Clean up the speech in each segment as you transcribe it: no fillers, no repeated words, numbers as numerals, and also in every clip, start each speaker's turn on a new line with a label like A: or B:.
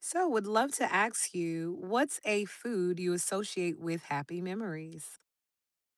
A: So, would love to ask you, what's a food you associate with happy memories?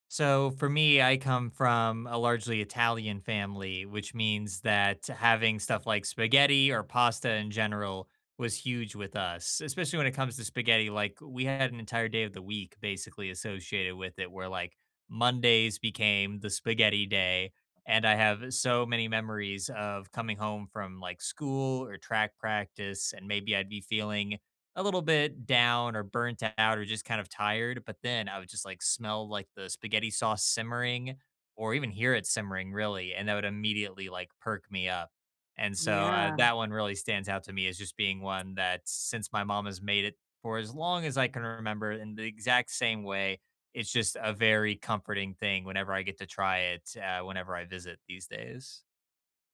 B: So for me, I come from a largely Italian family, which means that having stuff like spaghetti or pasta in general was huge with us, especially when it comes to spaghetti. Like we had an entire day of the week basically associated with it, where like Mondays became the spaghetti day. And I have so many memories of coming home from like school or track practice, and maybe I'd be feeling a little bit down or burnt out or just kind of tired. But then I would just like smell like the spaghetti sauce simmering or even hear it simmering really. And that would immediately like perk me up. And so,
A: Yeah,
B: that one really stands out to me as just being one that since my mom has made it for as long as I can remember in the exact same way, it's just a very comforting thing whenever I get to try it, whenever I visit these days.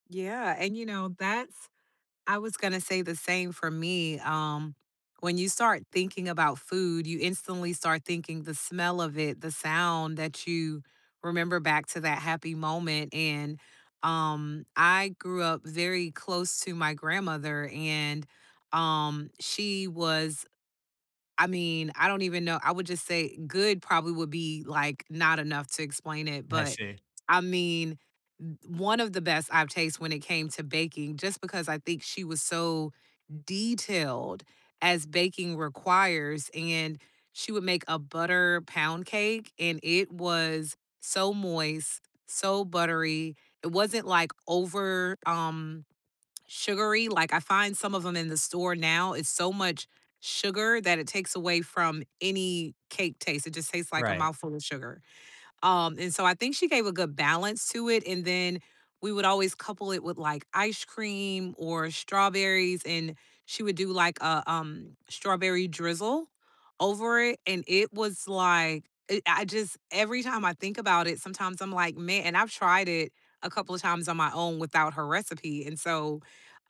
A: yeah, and you know, that's I was gonna say the same for me. When you start thinking about food, you instantly start thinking the smell of it, the sound that you remember back to that happy moment. And I grew up very close to my grandmother, and she was. I mean, I don't even know. I would just say good probably would be like not enough to explain it,
B: I
A: but
B: see.
A: I mean, one of the best I've tasted when it came to baking, just because I think she was so detailed as baking requires. And she would make a butter pound cake, and it was so moist, so buttery. It wasn't like over sugary. Like I find some of them in the store now, it's so much sugar that it takes away from any cake taste. It just tastes like a
B: Right.
A: mouthful of sugar. And so I think she gave a good balance to it. And then we would always couple it with like ice cream or strawberries, and she would do like a strawberry drizzle over it. And it was I just every time I think about it, sometimes I'm like, man, and I've tried it a couple of times on my own without her recipe. And so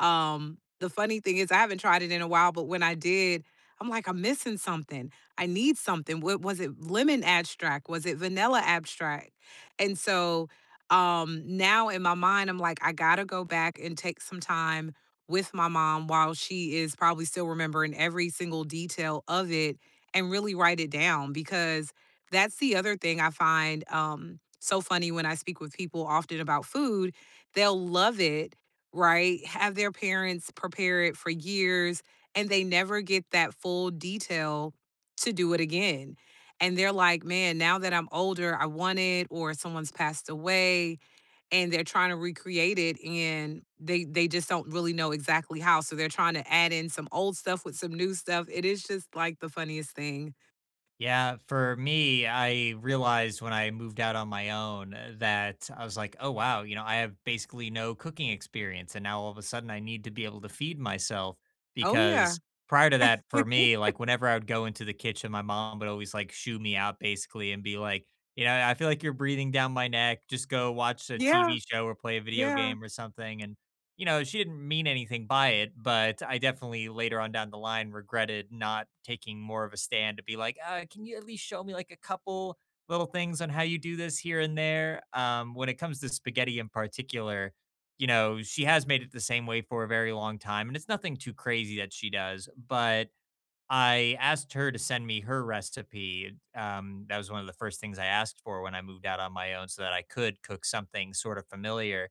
A: The funny thing is I haven't tried it in a while, but when I did, I'm like, I'm missing something. I need something. What was it? Lemon abstract? Was it vanilla abstract? And so Now in my mind, I'm like, I gotta go back and take some time with my mom while she is probably still remembering every single detail of it and really write it down because that's the other thing I find so funny when I speak with people often about food. They'll love it, right? Have their parents prepare it for years and they never get that full detail to do it again. And they're like, man, now that I'm older, I want it, or someone's passed away, and they're trying to recreate it, and they just don't really know exactly how. So they're trying to add in some old stuff with some new stuff. It is just like the funniest thing.
B: Yeah, for me, I realized when I moved out on my own that I was like, oh, wow, you know, I have basically no cooking experience. And now all of a sudden I need to be able to feed myself
A: Oh
B: because
A: yeah,
B: prior to that, for me, like whenever I would go into the kitchen, my mom would always like shoo me out basically and be like, you know, I feel like you're breathing down my neck. Just go watch a
A: yeah,
B: TV show or play a video
A: yeah,
B: game or something. And you know, she didn't mean anything by it, but I definitely later on down the line regretted not taking more of a stand to be like, can you at least show me like a couple little things on how you do this here and there? When it comes to spaghetti in particular, you know, she has made it the same way for a very long time, and it's nothing too crazy that she does, but I asked her to send me her recipe. That was one of the first things I asked for when I moved out on my own so that I could cook something sort of familiar,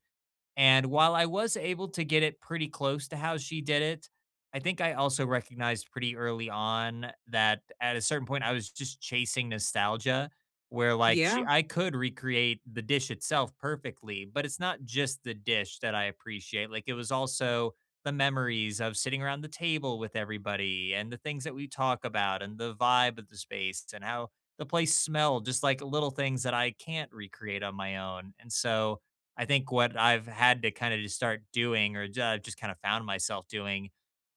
B: and while I was able to get it pretty close to how she did it, I think I also recognized pretty early on that at a certain point I was just chasing nostalgia where like she
A: yeah.
B: I could recreate the dish itself perfectly, but it's not just the dish that I appreciate. Like it was also the memories of sitting around the table with everybody and the things that we talk about and the vibe of the space and how the place smelled, just like little things that I can't recreate on my own. And so I think what I've had to kind of just start doing, I've just kind of found myself doing,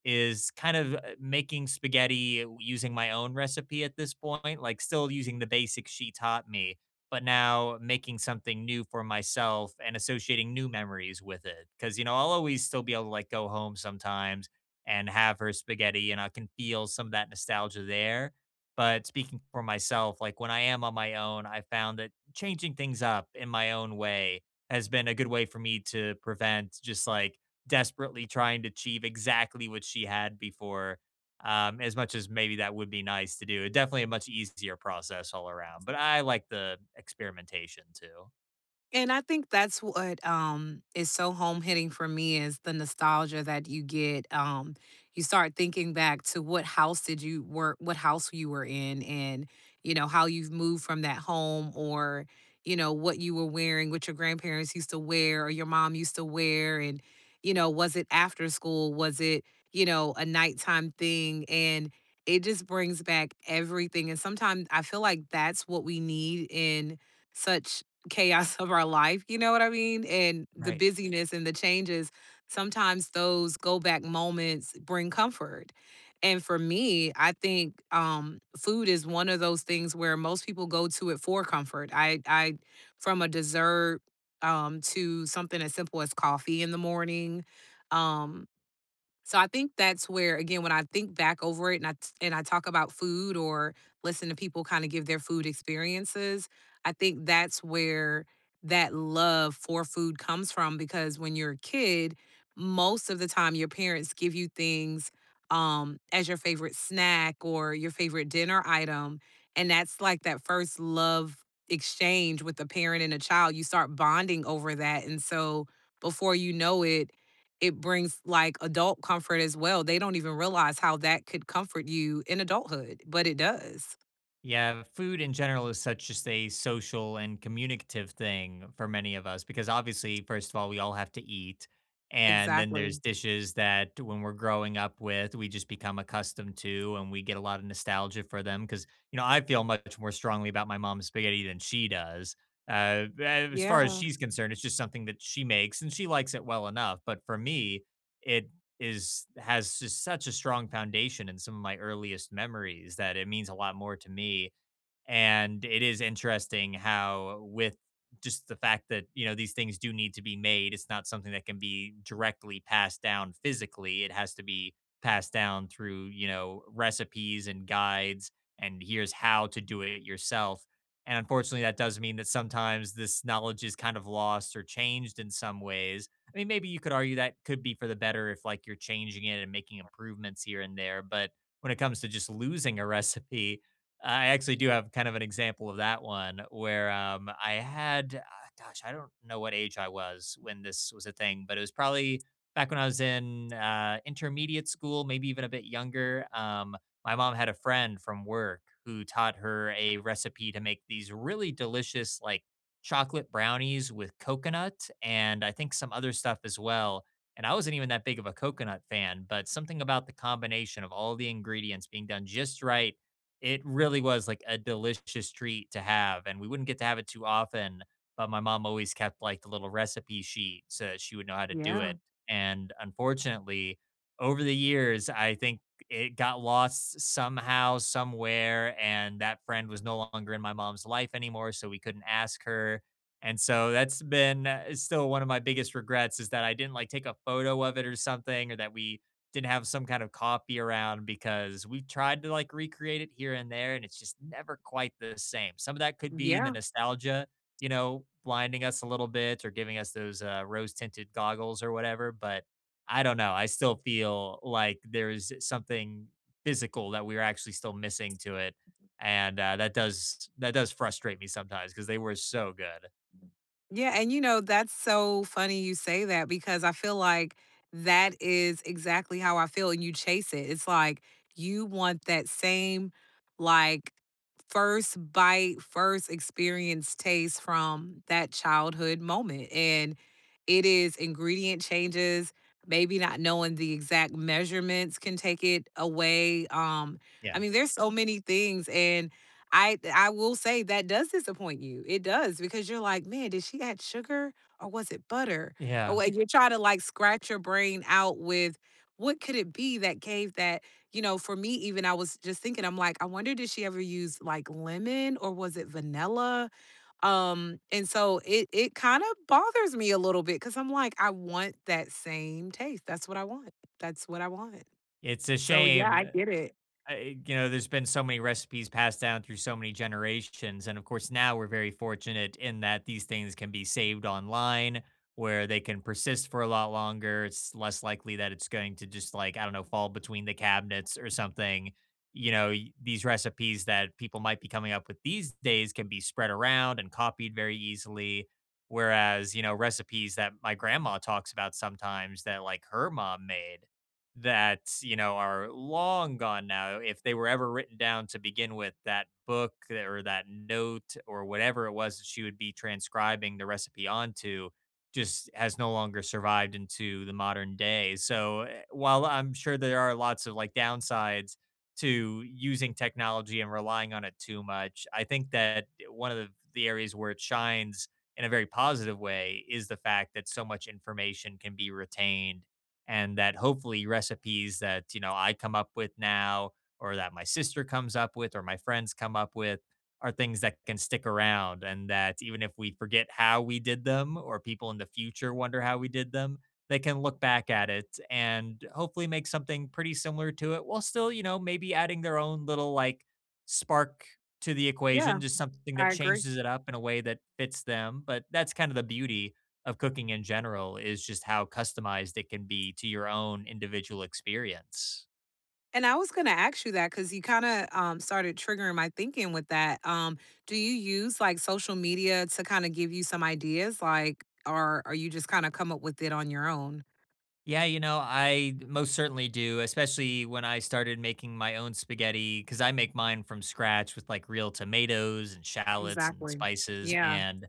B: is kind of making spaghetti using my own recipe at this point, like still using the basics she taught me, but now making something new for myself and associating new memories with it. Cause, you know, I'll always still be able to like go home sometimes and have her spaghetti, and I can feel some of that nostalgia there. But speaking for myself, like when I am on my own, I found that changing things up in my own way has been a good way for me to prevent just like desperately trying to achieve exactly what she had before. As much as maybe that would be nice to do, definitely a much easier process all around. But I like the experimentation too.
A: And I think that's what is so home hitting for me is the nostalgia that you get. You start thinking back to what house did you work, what house you were in, and you know how you've moved from that home, or you know what you were wearing, what your grandparents used to wear, or your mom used to wear, and you know was it after school, was it you know a nighttime thing, and it just brings back everything. And sometimes I feel like that's what we need in such chaos of our life, you know what I mean? And the
B: Right.
A: busyness and the changes, sometimes those go back moments bring comfort. And for me, I think food is one of those things where most people go to it for comfort. I From a dessert to something as simple as coffee in the morning. Um, so I think that's where again when I think back over it and I talk about food or listen to people kind of give their food experiences, I think that's where that love for food comes from because when you're a kid, most of the time your parents give you things as your favorite snack or your favorite dinner item and that's like that first love exchange with a parent and a child you start bonding over that and so before you know it it brings like adult comfort as well. They don't even realize how that could comfort you in adulthood, but it does.
B: Yeah, food in general is such just a social and communicative thing for many of us because obviously, first of all, we all have to eat. And then there's
A: Exactly.
B: dishes that when we're growing up with, we just become accustomed to and we get a lot of nostalgia for them. Because, you know, I feel much more strongly about my mom's spaghetti than she does. As far as
A: Yeah.
B: she's concerned, it's just something that she makes and she likes it well enough. But for me, it is has just such a strong foundation in some of my earliest memories that it means a lot more to me, and it is interesting how with just the fact that, you know, these things do need to be made, it's not something that can be directly passed down physically. It has to be passed down through, you know, recipes and guides and here's how to do it yourself. And unfortunately, that does mean that sometimes this knowledge is kind of lost or changed in some ways. I mean, maybe you could argue that could be for the better if like you're changing it and making improvements here and there, but when it comes to just losing a recipe, I actually do have kind of an example of that one where I had, gosh, I don't know what age I was when this was a thing, but it was probably back when I was in intermediate school, maybe even a bit younger. My mom had a friend from work who taught her a recipe to make these really delicious, like, chocolate brownies with coconut and I think some other stuff as well. And I wasn't even that big of a coconut fan, but something about the combination of all the ingredients being done just right, it really was, like, a delicious treat to have, and we wouldn't get to have it too often, but my mom always kept, like, the little recipe sheet so that she would know how to do
A: Yeah.
B: it, and unfortunately, over the years, I think it got lost somehow, somewhere, and that friend was no longer in my mom's life anymore, so we couldn't ask her, and so that's been, still one of my biggest regrets is that I didn't, like, take a photo of it or something, or that we didn't have some kind of copy around, because we've tried to like recreate it here and there and it's just never quite the same. Some of that could be the
A: Yeah.
B: nostalgia, you know, blinding us a little bit or giving us those rose tinted goggles or whatever. But I don't know. I still feel like there's something physical that we are actually still missing to it. And that does frustrate me sometimes because they were so good.
A: Yeah, and that's so funny you say that because I feel like that is exactly how I feel and you chase it. It's like you want that same like first bite, first experience taste from that childhood moment. And it is ingredient changes, maybe not knowing the exact measurements can take it away. I
B: Yeah.
A: mean, there's so many things and I will say that does disappoint you. It does because you're like, man, did she add sugar or was it butter? Or
B: Yeah.
A: like you try to like scratch your brain out with what could it be that gave that, you know, for me, even I was just thinking, I'm like, I wonder did she ever use like lemon or was it vanilla? And so it kind of bothers me a little bit because I'm like, I want that same taste. That's what I want. That's what I want.
B: It's a
A: So, yeah,
B: shame.
A: I get it.
B: You know, there's been so many recipes passed down through so many generations. And of course, now we're very fortunate in that these things can be saved online where they can persist for a lot longer. It's less likely that it's going to just like, I don't know, fall between the cabinets or something. You know, these recipes that people might be coming up with these days can be spread around and copied very easily. Whereas, you know, recipes that my grandma talks about sometimes that like her mom made that, you know, are long gone now, if they were ever written down to begin with, that book that or that note or whatever it was that she would be transcribing the recipe onto just has no longer survived into the modern day. So, eh, while I'm sure there are lots of like downsides to using technology and relying on it too much, I think that one of the areas where it shines in a very positive way is the fact that so much information can be retained, and that hopefully recipes that, you know, I come up with now, or that my sister comes up with, or my friends come up with, are things that can stick around, and that even if we forget how we did them, or people in the future wonder how we did them, they can look back at it and hopefully make something pretty similar to it while still, you know, maybe adding their own little like spark to the equation,
A: Yeah,
B: just something that
A: I agree.
B: changes it up in a way that fits them, but that's kind of the beauty of cooking in general, is just how customized it can be to your own individual experience.
A: And I was gonna ask you that because you kinda, started triggering my thinking with that. Do you use, like, social media to kinda give you some ideas, like, or are you just kinda come up with it on your own?
B: Yeah, you know, I most certainly do, especially when I started making my own spaghetti because I make mine from scratch with like real tomatoes and shallots and
A: Exactly.
B: spices.
A: Yeah,
B: And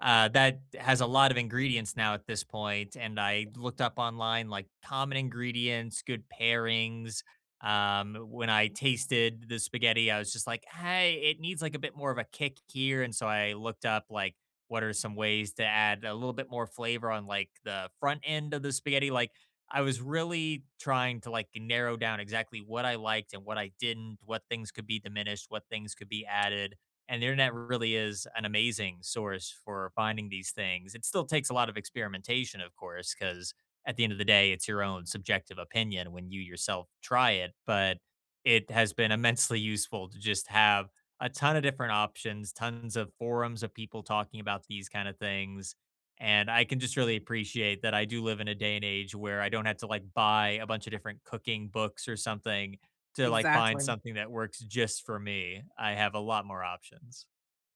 B: that has a lot of ingredients now at this point, and I looked up online like common ingredients, good pairings. When I tasted the spaghetti, I was just like, "Hey, it needs like a bit more of a kick here," and so I looked up like what are some ways to add a little bit more flavor on like the front end of the spaghetti. Like I was really trying to like narrow down exactly what I liked and what I didn't, what things could be diminished, what things could be added, and the internet really is an amazing source for finding these things. It still takes a lot of experimentation, of course, because at the end of the day, it's your own subjective opinion when you yourself try it. But it has been immensely useful to just have a ton of different options, tons of forums of people talking about these kind of things. And I can just really appreciate that I do live in a day and age where I don't have to like buy a bunch of different cooking books or something to, like, find
A: exactly.
B: something that works just for me, I have a lot more options.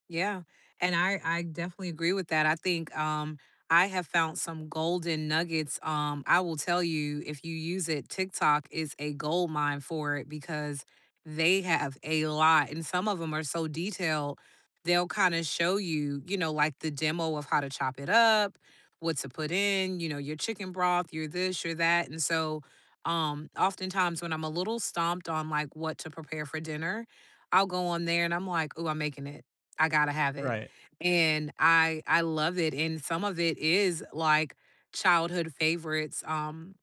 A: Yeah, and I definitely agree with that. I think I have found some golden nuggets. I will tell you if you use it, TikTok is a gold mine for it because they have a lot and some of them are so detailed. They'll kind of show you, you know, like the demo of how to chop it up, what to put in, you know, your chicken broth, your this, your that. And so Oftentimes when I'm a little stomped on like what to prepare for dinner, I'll go on there and I'm like, oh, I'm making it. I gotta have it.
B: Right.
A: And I love it, and some of it is, like, childhood favorites,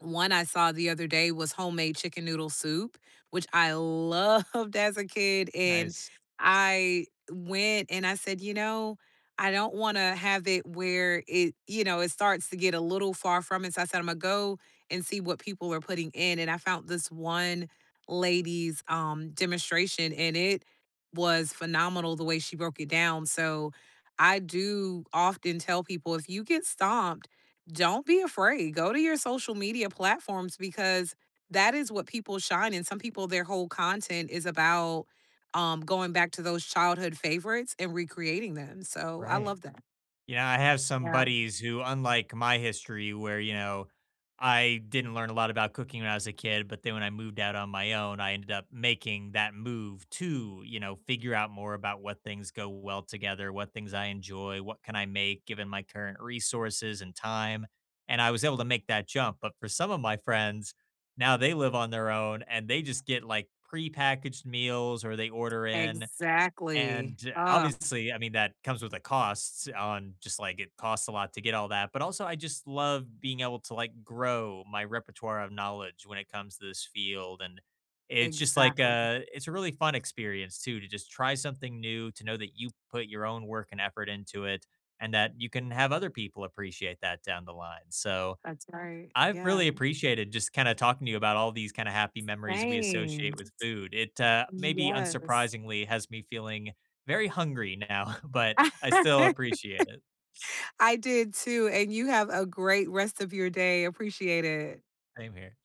A: one I saw the other day was homemade chicken noodle soup, which I loved as a kid. And
B: Nice.
A: I went and I said, you know, I don't want to have it where it, you know, it starts to get a little far from it. So I said, I'm going to go and see what people are putting in. And I found this one lady's demonstration and it was phenomenal the way she broke it down. So I do often tell people if you get stomped, don't be afraid. Go to your social media platforms because that is what people shine. And some people, their whole content is about going back to those childhood favorites and recreating them. So I
B: Right.
A: love that.
B: You know, I have some
A: Yeah.
B: buddies who, unlike my history where, you know, I didn't learn a lot about cooking when I was a kid, but then when I moved out on my own, I ended up making that move to, you know, figure out more about what things go well together, what things I enjoy, what can I make given my current resources and time. And I was able to make that jump. But for some of my friends, now they live on their own and they just get like prepackaged meals or they order in,
A: Exactly.
B: and
A: Oh,
B: obviously, I mean, that comes with a cost on just like it costs a lot to get all that. But also, I just love being able to like grow my repertoire of knowledge when it comes to this field. And it's just like
A: exactly.
B: it's a really fun experience too to just try something new, to know that you put your own work and effort into it and that you can have other people appreciate that down the line. So,
A: That's right.
B: I've
A: Yeah.
B: really appreciated just kinda talking to you about all these kinda happy memories we
A: Same.
B: associate with food. It, maybe
A: Yes.
B: unsurprisingly has me feeling very hungry now, but I still appreciate it.
A: I did too. And you have a great rest of your day. Appreciate it.
B: Same here.